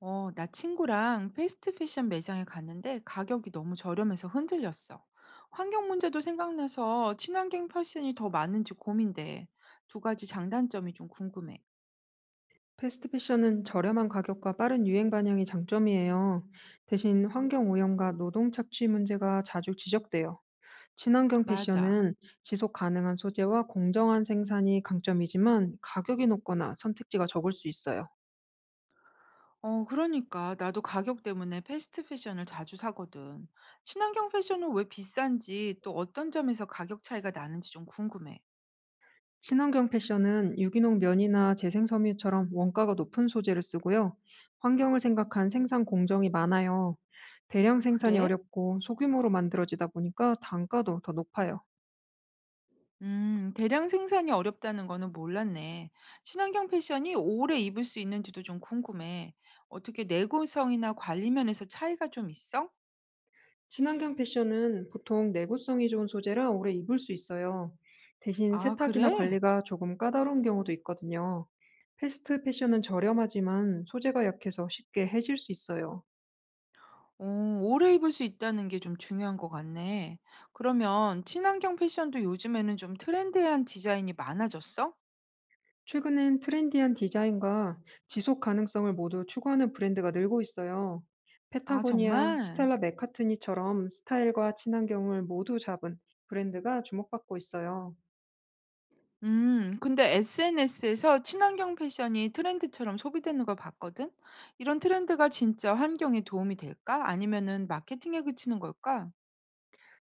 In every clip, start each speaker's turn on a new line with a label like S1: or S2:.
S1: 나 친구랑 패스트 패션 매장에 갔는데 가격이 너무 저렴해서 흔들렸어. 환경 문제도 생각나서 친환경 패션이 더 맞는지 고민돼. 두 가지 장단점이 좀 궁금해.
S2: 패스트 패션은 저렴한 가격과 빠른 유행 반영이 장점이에요. 대신 환경 오염과 노동 착취 문제가 자주 지적돼요. 친환경
S1: 맞아.
S2: 패션은 지속 가능한 소재와 공정한 생산이 강점이지만 가격이 높거나 선택지가 적을 수 있어요.
S1: 그러니까 나도 가격 때문에 패스트 패션을 자주 사거든. 친환경 패션은 왜 비싼지 또 어떤 점에서 가격 차이가 나는지 좀 궁금해.
S2: 친환경 패션은 유기농 면이나 재생 섬유처럼 원가가 높은 소재를 쓰고요. 환경을 생각한 생산 공정이 많아요. 대량 생산이
S1: 그래?
S2: 어렵고 소규모로 만들어지다 보니까 단가도 더 높아요.
S1: 대량 생산이 어렵다는 거는 몰랐네. 친환경 패션이 오래 입을 수 있는지도 좀 궁금해. 어떻게 내구성이나 관리 면에서 차이가 좀 있어?
S2: 친환경 패션은 보통 내구성이 좋은 소재라 오래 입을 수 있어요. 대신
S1: 아,
S2: 세탁이나
S1: 그래?
S2: 관리가 조금 까다로운 경우도 있거든요. 패스트 패션은 저렴하지만 소재가 약해서 쉽게 해질 수 있어요.
S1: 오, 오래 입을 수 있다는 게 좀 중요한 것 같네. 그러면 친환경 패션도 요즘에는 좀 트렌디한 디자인이 많아졌어?
S2: 최근엔 트렌디한 디자인과 지속 가능성을 모두 추구하는 브랜드가 늘고 있어요.
S1: 아,
S2: 페타고니아,
S1: 정말?
S2: 스텔라 맥카트니처럼 스타일과 친환경을 모두 잡은 브랜드가 주목받고 있어요.
S1: 근데 SNS에서 친환경 패션이 트렌드처럼 소비되는 걸 봤거든? 이런 트렌드가 진짜 환경에 도움이 될까? 아니면은 마케팅에 그치는 걸까?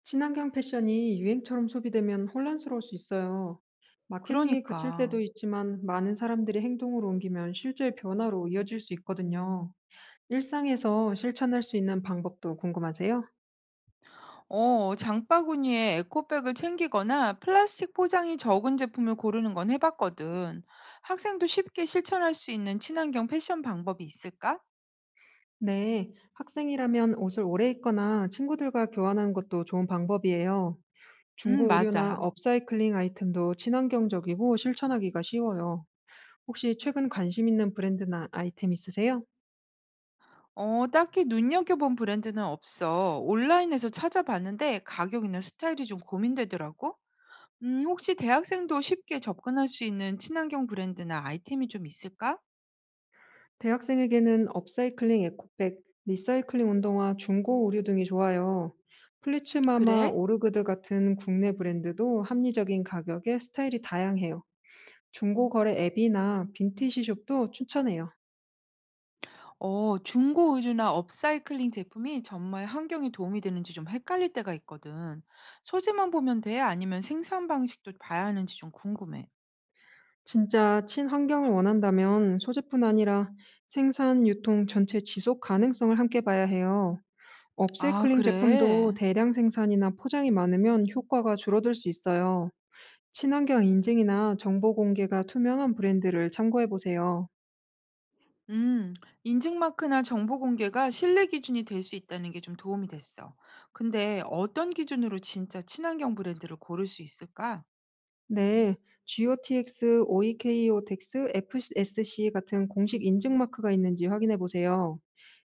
S2: 친환경 패션이 유행처럼 소비되면 혼란스러울 수 있어요. 마케팅이 그칠
S1: 그러니까.
S2: 때도 있지만 많은 사람들이 행동으로 옮기면 실제 변화로 이어질 수 있거든요. 일상에서 실천할 수 있는 방법도 궁금하세요?
S1: 장바구니에 에코백을 챙기거나 플라스틱 포장이 적은 제품을 고르는 건 해봤거든. 학생도 쉽게 실천할 수 있는 친환경 패션 방법이 있을까?
S2: 네, 학생이라면 옷을 오래 입거나 친구들과 교환하는 것도 좋은 방법이에요. 중고 의류나
S1: 맞아.
S2: 업사이클링 아이템도 친환경적이고 실천하기가 쉬워요. 혹시 최근 관심 있는 브랜드나 아이템 있으세요?
S1: 딱히 눈여겨본 브랜드는 없어. 온라인에서 찾아봤는데 가격이나 스타일이 좀 고민되더라고. 음, 혹시 대학생도 쉽게 접근할 수 있는 친환경 브랜드나 아이템이 좀 있을까?
S2: 대학생에게는 업사이클링 에코백, 리사이클링 운동화, 중고 의류 등이 좋아요. 플리츠마마,
S1: 그래?
S2: 오르그드 같은 국내 브랜드도 합리적인 가격에 스타일이 다양해요. 중고 거래 앱이나 빈티지 숍도 추천해요.
S1: 어, 중고 의류나 업사이클링 제품이 정말 환경에 도움이 되는지 좀 헷갈릴 때가 있거든. 소재만 보면 돼? 아니면 생산 방식도 봐야 하는지 좀 궁금해.
S2: 진짜 친환경을 원한다면 소재뿐 아니라 생산, 유통 전체 지속 가능성을 함께 봐야 해요.
S1: 아,
S2: 업사이클링 제품도
S1: 그래?
S2: 대량 생산이나 포장이 많으면 효과가 줄어들 수 있어요. 친환경 인증이나 정보 공개가 투명한 브랜드를 참고해 보세요.
S1: 음. 인증 마크나 정보 공개가 신뢰 기준이 될 수 있다는 게 좀 도움이 됐어. 근데 어떤 기준으로 진짜 친환경 브랜드를 고를 수 있을까?
S2: 네, g o t 케 OEKOTX, FSC 같은 공식 인증 마크가 있는지 확인해 보세요.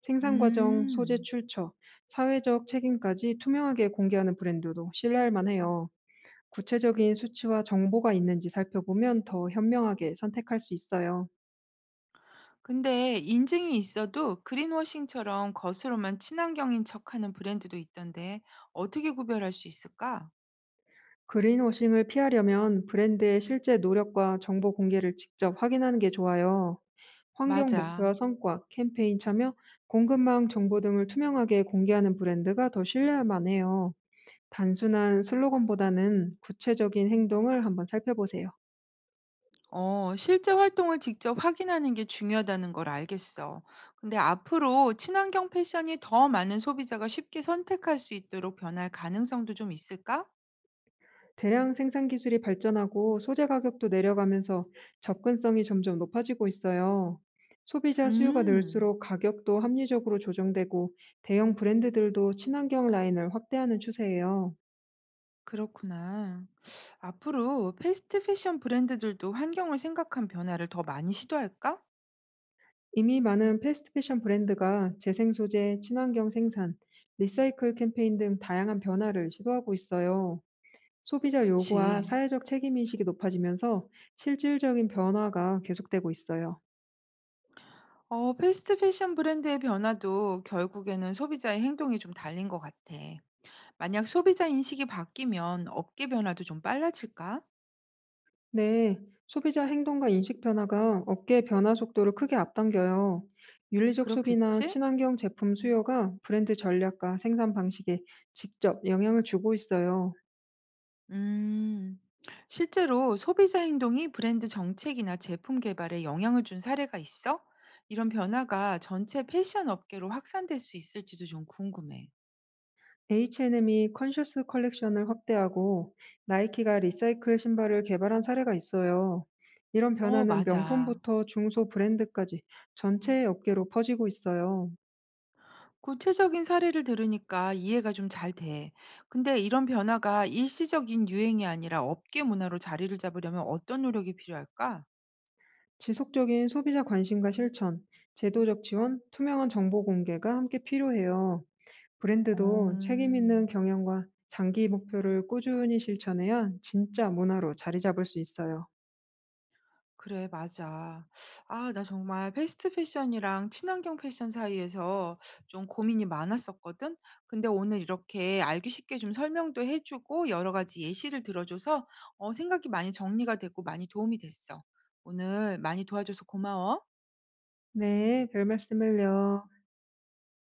S2: 생산 과정, 소재
S1: 음.
S2: 출처, 사회적 책임까지 투명하게 공개하는 브랜드도 신뢰할 만해요. 구체적인 수치와 정보가 있는지 살펴보면 더 현명하게 선택할 수 있어요.
S1: 근데 인증이 있어도 그린워싱처럼 겉으로만 친환경인 척하는 브랜드도 있던데 어떻게 구별할 수 있을까?
S2: 그린워싱을 피하려면 브랜드의 실제 노력과 정보 공개를 직접 확인하는 게 좋아요. 환경
S1: 맞아.
S2: 목표와 성과, 캠페인 참여, 공급망 정보 등을 투명하게 공개하는 브랜드가 더 신뢰할 만해요. 단순한 슬로건보다는 구체적인 행동을 한번 살펴보세요.
S1: 실제 활동을 직접 확인하는 게 중요하다는 걸 알겠어. 근데 앞으로 친환경 패션이 더 많은 소비자가 쉽게 선택할 수 있도록 변할 가능성도 좀 있을까?
S2: 대량 생산 기술이 발전하고 소재 가격도 내려가면서 접근성이 점점 높아지고 있어요. 소비자 수요가
S1: 음,
S2: 늘수록 가격도 합리적으로 조정되고 대형 브랜드들도 친환경 라인을 확대하는 추세예요.
S1: 그렇구나. 앞으로 패스트 패션 브랜드들도 환경을 생각한 변화를 더 많이 시도할까?
S2: 이미 많은 패스트 패션 브랜드가 재생 소재, 친환경 생산, 리사이클 캠페인 등 다양한 변화를 시도하고 있어요. 소비자 요구와
S1: 그치.
S2: 사회적 책임인식이 높아지면서 실질적인 변화가 계속되고 있어요.
S1: 패스트 패션 브랜드의 변화도 결국에는 소비자의 행동이 좀 달린 것 같아. 만약 소비자 인식이 바뀌면 업계 변화도 좀 빨라질까?
S2: 네, 소비자 행동과 인식 변화가 업계 변화 속도를 크게 앞당겨요. 윤리적 소비나
S1: 그렇겠지?
S2: 친환경 제품 수요가 브랜드 전략과 생산 방식에 직접 영향을 주고 있어요.
S1: 음, 실제로 소비자 행동이 브랜드 정책이나 제품 개발에 영향을 준 사례가 있어? 이런 변화가 전체 패션 업계로 확산될 수 있을지도 좀 궁금해.
S2: H&M이 컨셔스 컬렉션을 확대하고 나이키가 리사이클 신발을 개발한 사례가 있어요. 이런
S1: 어,
S2: 변화는
S1: 맞아.
S2: 명품부터 중소 브랜드까지 전체 업계로 퍼지고 있어요.
S1: 구체적인 사례를 들으니까 이해가 좀 잘 돼. 근데 이런 변화가 일시적인 유행이 아니라 업계 문화로 자리를 잡으려면 어떤 노력이 필요할까?
S2: 지속적인 소비자 관심과 실천, 제도적 지원, 투명한 정보 공개가 함께 필요해요. 브랜드도 책임 있는
S1: 음,
S2: 경영과 장기 목표를 꾸준히 실천해야 진짜 문화로 자리 잡을 수 있어요.
S1: 그래, 맞아. 아, 나 정말 패스트 패션이랑 친환경 패션 사이에서 좀 고민이 많았었거든. 근데 오늘 이렇게 알기 쉽게 좀 설명도 해주고 여러 가지 예시를 들어줘서 생각이 많이 정리가 되고 많이 도움이 됐어. 오늘 많이 도와줘서 고마워.
S2: 네, 별 말씀을요.